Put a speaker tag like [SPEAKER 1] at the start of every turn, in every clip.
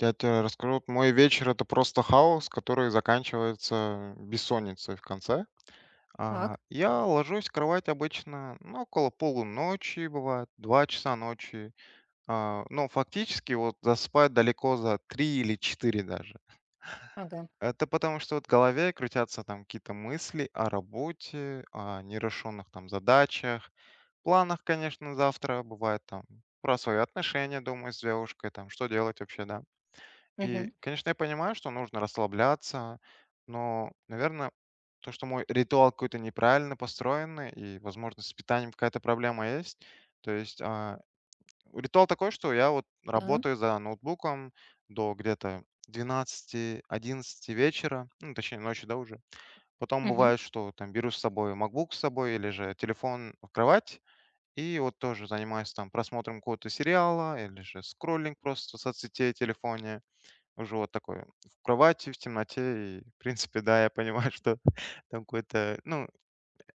[SPEAKER 1] Я те расскажу, вот мой вечер- это просто хаос, который заканчивается бессонницей в конце.
[SPEAKER 2] Так,
[SPEAKER 1] Я ложусь в кровать обычно, ну, около полуночи бывает, 2 часа ночи. Но фактически вот засыпаю далеко за 3 или 4 даже.
[SPEAKER 2] ага.
[SPEAKER 1] Это потому, что вот в голове крутятся там какие-то мысли о работе, о нерешенных там задачах, планах, конечно, завтра. Бывает там про свои отношения думаю с девушкой, там что делать вообще, да. И,
[SPEAKER 2] Мгм.
[SPEAKER 1] конечно, я понимаю, что нужно расслабляться, но, наверное, то, что мой ритуал какой-то неправильно построенный, и, возможно, с питанием какая-то проблема есть. То есть, ритуал такой, что я вот
[SPEAKER 2] Да.
[SPEAKER 1] работаю за ноутбуком до где-то 12, 11 вечера, ну, точнее, ночи, да, уже. Потом
[SPEAKER 2] Мгм.
[SPEAKER 1] бывает, что там беру с собой MacBook с собой или же телефон в кровать, и вот тоже занимаюсь там просмотром какого-то сериала или же скроллинг просто соцсетей в телефоне. Уже вот такой в кровати, в темноте. И, в принципе, да, я понимаю, что там какой-то, ну,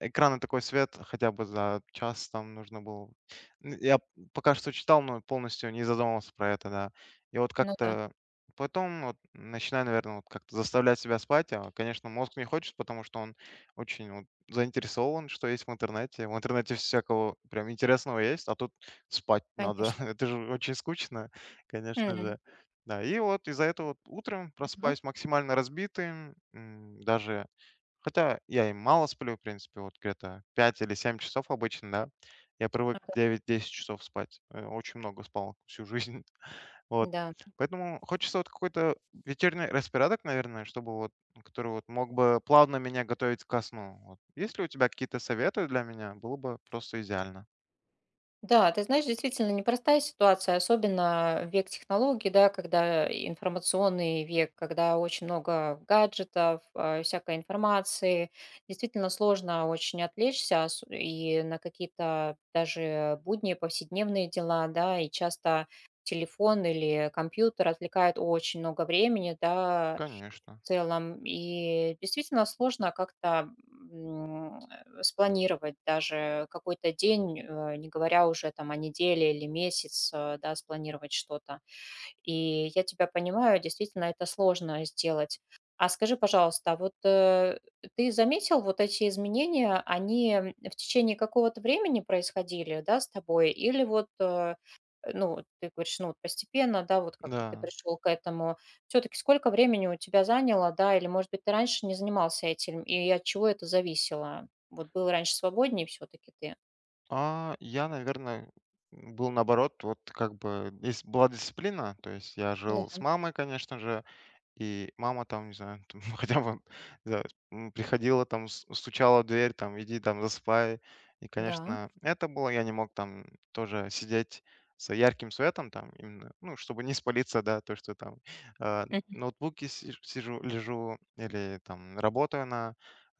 [SPEAKER 1] экрана такой свет хотя бы за час там нужно было. Н Я пока что читал, но полностью не задумывался про это, да. И вот
[SPEAKER 2] Ну да,
[SPEAKER 1] как-то потом вот начинаю, наверное, вот как-то заставлять себя спать. Конечно, мозг не хочет, потому что он очень вот заинтересован, что есть в интернете. В интернете всякого прям интересного есть, а тут спать надо.
[SPEAKER 2] конечно.
[SPEAKER 1] Это же очень скучно, конечно
[SPEAKER 2] М.
[SPEAKER 1] же. Да, и вот из-за этого вот утром
[SPEAKER 2] Ага.
[SPEAKER 1] просыпаюсь максимально разбитым, даже хотя я и мало сплю, в принципе, вот где-то 5 или 7 часов обычно, да. Я привык
[SPEAKER 2] Ага.
[SPEAKER 1] 9-10 часов спать. Очень много спал всю жизнь. Вот.
[SPEAKER 2] Да.
[SPEAKER 1] Поэтому хочется вот какой-то вечерний распорядок, наверное, чтобы вот, который вот мог бы плавно меня готовить ко сну. Вот. Если у тебя какие-то советы для меня, было бы просто идеально.
[SPEAKER 2] Да, ты знаешь, действительно непростая ситуация, особенно в век технологий, да, когда информационный век, когда очень много гаджетов, всякой информации. Действительно сложно очень отвлечься и на какие-то даже будние, повседневные дела, да, и часто телефон или компьютер отвлекает очень много времени, да,
[SPEAKER 1] Конечно.
[SPEAKER 2] в целом. И действительно сложно как-то спланировать даже какой-то день, не говоря уже там о неделе или месяц, да, спланировать что-то. И я тебя понимаю, действительно, это сложно сделать. А скажи, пожалуйста, а вот ты заметил вот эти изменения, они в течение какого-то времени происходили, да, с тобой? Или вот, ну, ты говоришь, ну, вот постепенно, да, вот как-то ты
[SPEAKER 1] Да.
[SPEAKER 2] пришел к этому. Все-таки сколько времени у тебя заняло, да, или, может быть, ты раньше не занимался этим, и от чего это зависело? Вот был раньше свободнее все-таки ты.
[SPEAKER 1] Я, наверное, был наоборот, вот как бы, если была дисциплина, то есть я жил с
[SPEAKER 2] Да,
[SPEAKER 1] мамой, конечно же. И мама там, не знаю, там хотя бы, да, приходила там, с стучала в дверь, там: "Иди там засыпай". И,
[SPEAKER 2] да.
[SPEAKER 1] конечно, это было, я не мог там тоже сидеть с ярким светом там именно, ну, чтобы не спалиться, да, то, что там, а,
[SPEAKER 2] Мгм.
[SPEAKER 1] ноутбуке си сижу, лежу или там работаю на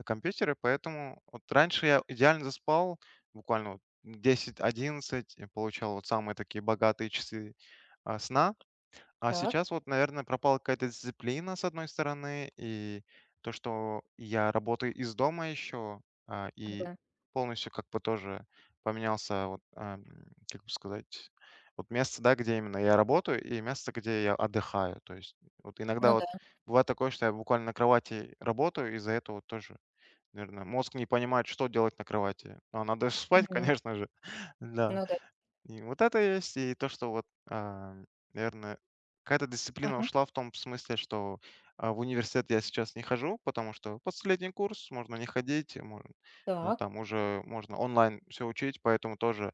[SPEAKER 1] компьютере. Поэтому вот раньше я идеально заспал буквально вот 10-11, и получал вот самые такие богатые часы, сна. А
[SPEAKER 2] Так.
[SPEAKER 1] сейчас вот, наверное, пропала какая-то дисциплина, с одной стороны, и то, что я работаю из дома еще, и
[SPEAKER 2] Ага.
[SPEAKER 1] полностью как бы тоже поменялся, вот, как бы сказать, вот место, да, где именно я работаю, и место, где я отдыхаю. То есть вот иногда
[SPEAKER 2] Ну
[SPEAKER 1] вот
[SPEAKER 2] да.
[SPEAKER 1] бывает такое, что я буквально на кровати работаю, из-за этого вот тоже, наверное, мозг не понимает, что делать на кровати. Ну, а надо же спать,
[SPEAKER 2] Мгм.
[SPEAKER 1] конечно же. Да.
[SPEAKER 2] Ну да.
[SPEAKER 1] И вот это есть, и то, что вот, наверное, какая-то дисциплина ушла в том смысле, что в университет я сейчас не хожу, потому что последний курс, можно не ходить, можно,
[SPEAKER 2] Так,
[SPEAKER 1] там уже можно онлайн все учить, поэтому тоже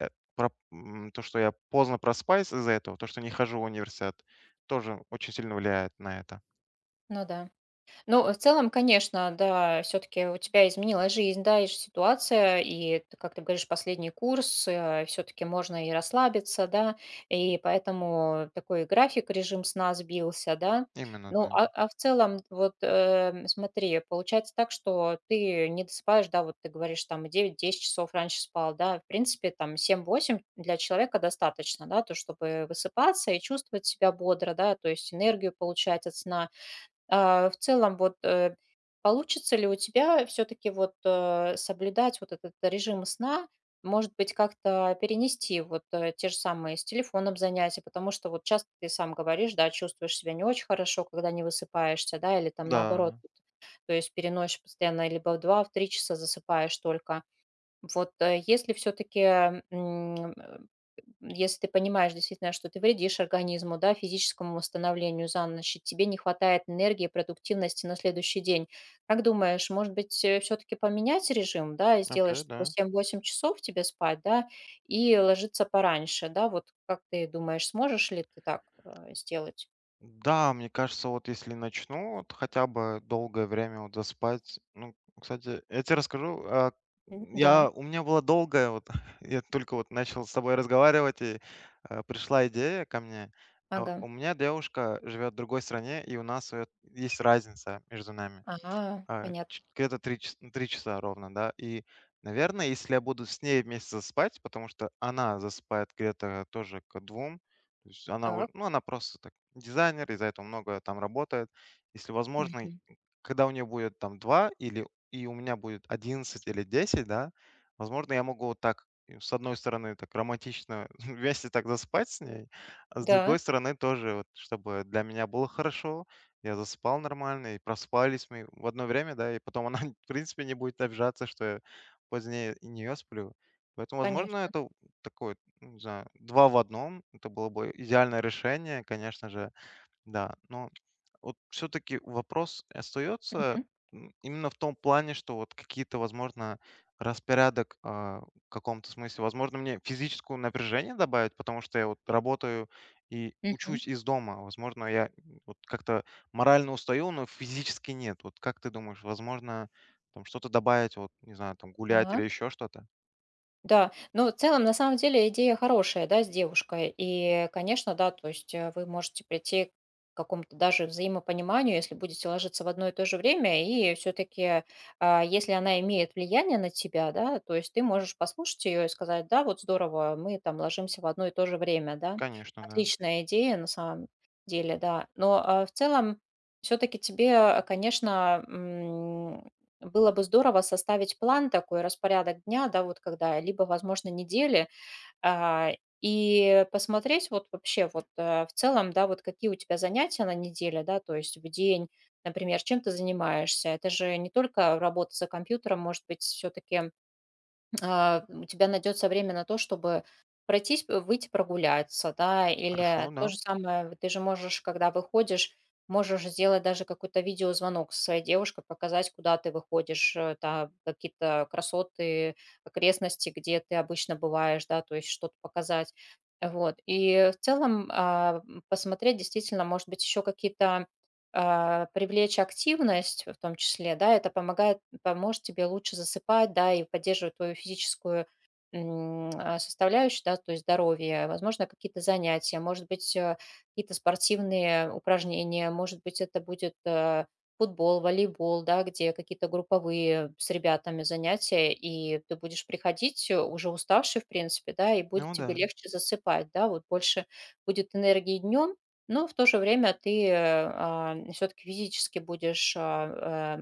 [SPEAKER 1] э, то, что я поздно проспаюсь из-за этого, то, что не хожу в университет, тоже очень сильно влияет на это.
[SPEAKER 2] ну да. Ну, в целом, конечно, да, все-таки у тебя изменилась жизнь, да, и ж ситуация, и, как ты говоришь, последний курс, все-таки можно и расслабиться, да, и поэтому такой график, режим сна сбился, да.
[SPEAKER 1] Именно,
[SPEAKER 2] Ну,
[SPEAKER 1] да.
[SPEAKER 2] в целом, вот смотри, получается так, что ты не досыпаешь, да, вот ты говоришь, там, 9-10 часов раньше спал, да, в принципе, там, 7-8 для человека достаточно, да, то, чтобы высыпаться и чувствовать себя бодро, да, то есть энергию получать от сна. В целом, вот, получится ли у тебя все таки вот, соблюдать вот этот режим сна? Может быть, как-то перенести вот, те же самые с телефоном занятия? Потому что вот часто ты сам говоришь, да, чувствуешь себя не очень хорошо, когда не высыпаешься, да, или там наоборот,
[SPEAKER 1] Да,
[SPEAKER 2] то есть переносишь постоянно, либо в 2, в 3 часа засыпаешь только. Вот, если все таки если ты понимаешь действительно, что ты вредишь организму, да, физическому восстановлению за ночь, и тебе не хватает энергии, продуктивности на следующий день, как думаешь, может быть, все таки поменять режим, да, и сделать,
[SPEAKER 1] окей,
[SPEAKER 2] чтобы
[SPEAKER 1] да.
[SPEAKER 2] 7-8 часов тебе спать, да, и ложиться пораньше, да? Вот как ты думаешь, сможешь ли ты так, сделать?
[SPEAKER 1] Да, мне кажется, вот если начну вот хотя бы долгое время вот заспать. Ну, кстати, я тебе расскажу.
[SPEAKER 2] М, да,
[SPEAKER 1] Я, у меня была долгая, вот я только вот начал с тобой разговаривать, и пришла идея ко мне.
[SPEAKER 2] ага.
[SPEAKER 1] У меня девушка живет в другой стране, и у нас вот есть разница между нами.
[SPEAKER 2] Ага,
[SPEAKER 1] А,
[SPEAKER 2] понятно.
[SPEAKER 1] ч Где-то 3 час 3 часа ровно, да. И, наверное, если я буду с ней вместе засыпать, потому что она засыпает где-то тоже к 2, то есть она у
[SPEAKER 2] Так.
[SPEAKER 1] ну, она просто так дизайнер, из-за этого много там работает. Если возможно, и
[SPEAKER 2] Мгм.
[SPEAKER 1] когда у нее будет там 2 или и у меня будет 11 или 10, да, возможно, я могу вот так, и с одной стороны, так романтично вместе так заспать с ней, а с
[SPEAKER 2] Да,
[SPEAKER 1] другой стороны тоже вот, чтобы для меня было хорошо, я засыпал нормально, и проспались мы в одно время, да, и потом она, в принципе, не будет обижаться, что я позднее и нее сплю. Поэтому, возможно,
[SPEAKER 2] конечно.
[SPEAKER 1] это такое, ну, не знаю, два в одном. Это было бы идеальное решение, конечно же. Да, но вот все-таки вопрос остается
[SPEAKER 2] Мгм.
[SPEAKER 1] именно в том плане, что вот какие-то, возможно, распорядок в каком-то смысле, возможно, мне физическое напряжение добавить, потому что я вот работаю и
[SPEAKER 2] Мгм.
[SPEAKER 1] учусь из дома. Возможно, я вот как-то морально устаю, но физически нет. Вот как ты думаешь, возможно, там что-то добавить, вот, не знаю, там гулять
[SPEAKER 2] Да.
[SPEAKER 1] или еще что-то?
[SPEAKER 2] Да, но в целом, на самом деле, идея хорошая, да, с девушкой. И, конечно, да, то есть вы можете прийти к какому-то даже взаимопониманию, если будете ложиться в одно и то же время, и все-таки, если она имеет влияние на тебя, да, то есть ты можешь послушать ее и сказать, да, вот здорово, мы там ложимся в одно и то же время, да,
[SPEAKER 1] Конечно, да.
[SPEAKER 2] отличная идея на самом деле, да. Но в целом все-таки тебе, конечно, было бы здорово составить план такой, распорядок дня, да, вот когда, либо, возможно, недели, а, и посмотреть вот вообще вот в целом, да, вот какие у тебя занятия на неделе, да, то есть в день, например, чем ты занимаешься. Это же не только работа за компьютером, может быть, все-таки у тебя найдется время на то, чтобы пройтись, выйти прогуляться, да, или
[SPEAKER 1] Хорошо,
[SPEAKER 2] то
[SPEAKER 1] да.
[SPEAKER 2] же самое, вот ты же можешь, когда выходишь, можешь сделать даже какой-то видеозвонок со своей девушкой, показать, куда ты выходишь, да, какие-то красоты, окрестности, где ты обычно бываешь, да, то есть что-то показать. Вот. И в целом посмотреть действительно, может быть, еще какие-то привлечь активность в том числе, да, это помогает поможет тебе лучше засыпать, да, и поддерживать твою физическую составляющую, да, то есть здоровье, возможно, какие-то занятия, может быть, какие-то спортивные упражнения, может быть, это будет футбол, волейбол, да, где какие-то групповые с ребятами занятия, и ты будешь приходить уже уставший, в принципе, да, и будет
[SPEAKER 1] Ну
[SPEAKER 2] тебе
[SPEAKER 1] да.
[SPEAKER 2] легче засыпать, да, вот больше будет энергии днем, но в то же время ты все-таки физически будешь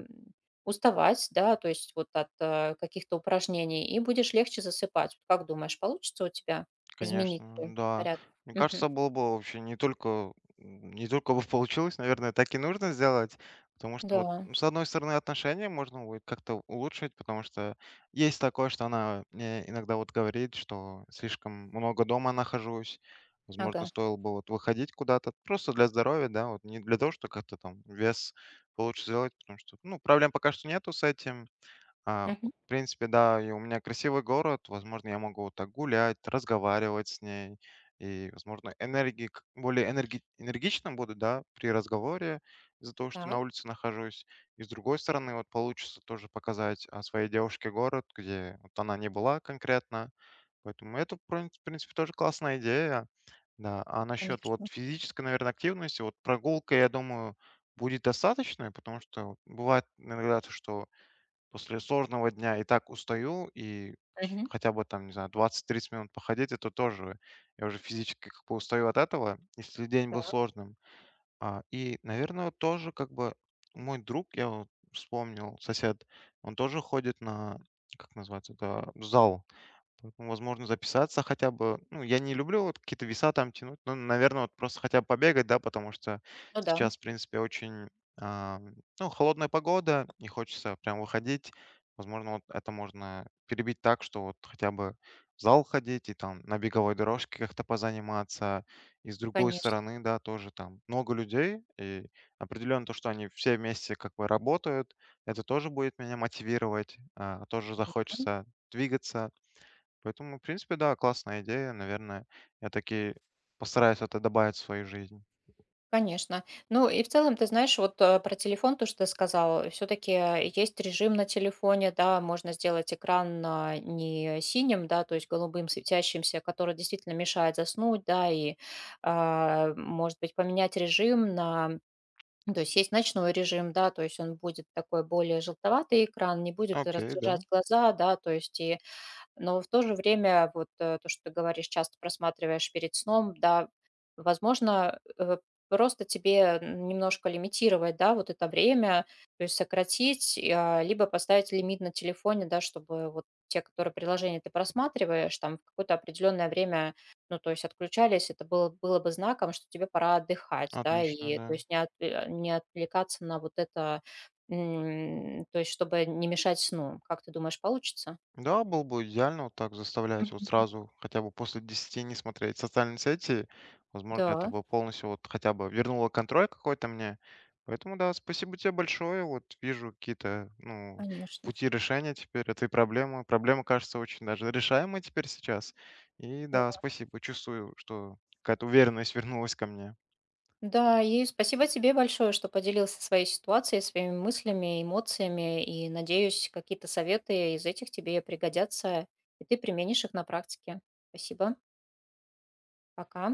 [SPEAKER 2] уставать, да, то есть вот от каких-то упражнений, и будешь легче засыпать. Вот. Как думаешь, получится у тебя изменить свой
[SPEAKER 1] Конечно, да.
[SPEAKER 2] порядок?
[SPEAKER 1] Мне кажется,
[SPEAKER 2] Мгм.
[SPEAKER 1] было бы вообще не только не только бы получилось, наверное, так и нужно сделать, потому что
[SPEAKER 2] Да,
[SPEAKER 1] вот ну, с одной стороны отношения можно будет как-то улучшить, потому что есть такое, что она мне иногда вот говорит, что слишком много дома нахожусь, возможно,
[SPEAKER 2] ага.
[SPEAKER 1] стоило бы вот выходить куда-то просто для здоровья, да, вот не для того, что как-то там вес получше сделать, потому что ну проблем пока что нету с этим,
[SPEAKER 2] Мгм.
[SPEAKER 1] в принципе, да, и у меня красивый город, возможно, я могу вот так гулять, разговаривать с ней, и, возможно, энергии, энергичным буду, да, при разговоре из-за того, что на
[SPEAKER 2] Так,
[SPEAKER 1] улице нахожусь. И с другой стороны, вот получится тоже показать своей девушке город, где вот она не была конкретно. Поэтому это, в принципе, тоже классная идея. Да, а насчет вот
[SPEAKER 2] конечно.
[SPEAKER 1] физической, наверное, активности, вот прогулка, я думаю, будет достаточной, потому что бывает иногда, то, что после сложного дня и так устаю, и
[SPEAKER 2] Мгм.
[SPEAKER 1] хотя бы там, не знаю, 20-30 минут походить, это тоже, я уже физически как бы устаю от этого, если день был
[SPEAKER 2] Так,
[SPEAKER 1] сложным. И, наверное, вот тоже как бы мой друг, я вот вспомнил, сосед, он тоже ходит на, как называется, это зал. Поэтому, возможно, записаться хотя бы. Ну, я не люблю вот какие-то веса там тянуть, но, наверное, вот просто хотя бы побегать, да, потому что
[SPEAKER 2] ну да,
[SPEAKER 1] сейчас, в принципе, очень, а, ну, холодная погода, не хочется прям выходить. Возможно, вот это можно перебить так, что вот хотя бы в зал ходить и там на беговой дорожке как-то позаниматься. И с другой
[SPEAKER 2] конечно.
[SPEAKER 1] стороны, да, тоже там много людей, и определенно то, что они все вместе как бы работают, это тоже будет меня мотивировать, тоже захочется двигаться. Поэтому, в принципе, да, классная идея, наверное. Я таки постараюсь это добавить в свою жизнь.
[SPEAKER 2] Конечно. Ну и в целом, ты знаешь, вот про телефон, то, что ты сказала, все-таки есть режим на телефоне, да, можно сделать экран не синим, да, то есть голубым светящимся, который действительно мешает заснуть, да, и, может быть, поменять режим на. Ну, то есть есть ночной режим, да, то есть он будет такой более желтоватый экран, не будет
[SPEAKER 1] Окей, да,
[SPEAKER 2] раздражать глаза, да, то есть и но в то же время, вот то, что ты говоришь, часто просматриваешь перед сном, да, возможно, просто тебе немножко лимитировать, да, вот это время, то есть сократить, и, либо поставить лимит на телефоне, да, чтобы вот те, которые приложения ты просматриваешь, там в какое-то определенное время, ну, то есть отключались, это было бы знаком, что тебе пора отдыхать, да,
[SPEAKER 1] отлично,
[SPEAKER 2] и то
[SPEAKER 1] да.
[SPEAKER 2] есть не, от- э, не отвлекаться на вот это, то есть чтобы не мешать сну. Как ты думаешь, получится?
[SPEAKER 1] Да, было бы идеально вот так заставлять вот
[SPEAKER 2] Мгм.
[SPEAKER 1] сразу, хотя бы после 10 не смотреть социальные сети. Возможно, это
[SPEAKER 2] Да,
[SPEAKER 1] бы полностью вот хотя бы вернуло контроль какой-то мне. Поэтому, да, спасибо тебе большое. Вот вижу какие-то, ну,
[SPEAKER 2] конечно.
[SPEAKER 1] пути решения теперь этой проблемы. Проблема кажется очень даже решаемой теперь сейчас. И да,
[SPEAKER 2] Здорово.
[SPEAKER 1] спасибо. Чувствую, что какая-то уверенность вернулась ко мне.
[SPEAKER 2] Да, и спасибо тебе большое, что поделился своей ситуацией, своими мыслями, эмоциями. И надеюсь, какие-то советы из этих тебе пригодятся, и ты применишь их на практике. Спасибо. Пока.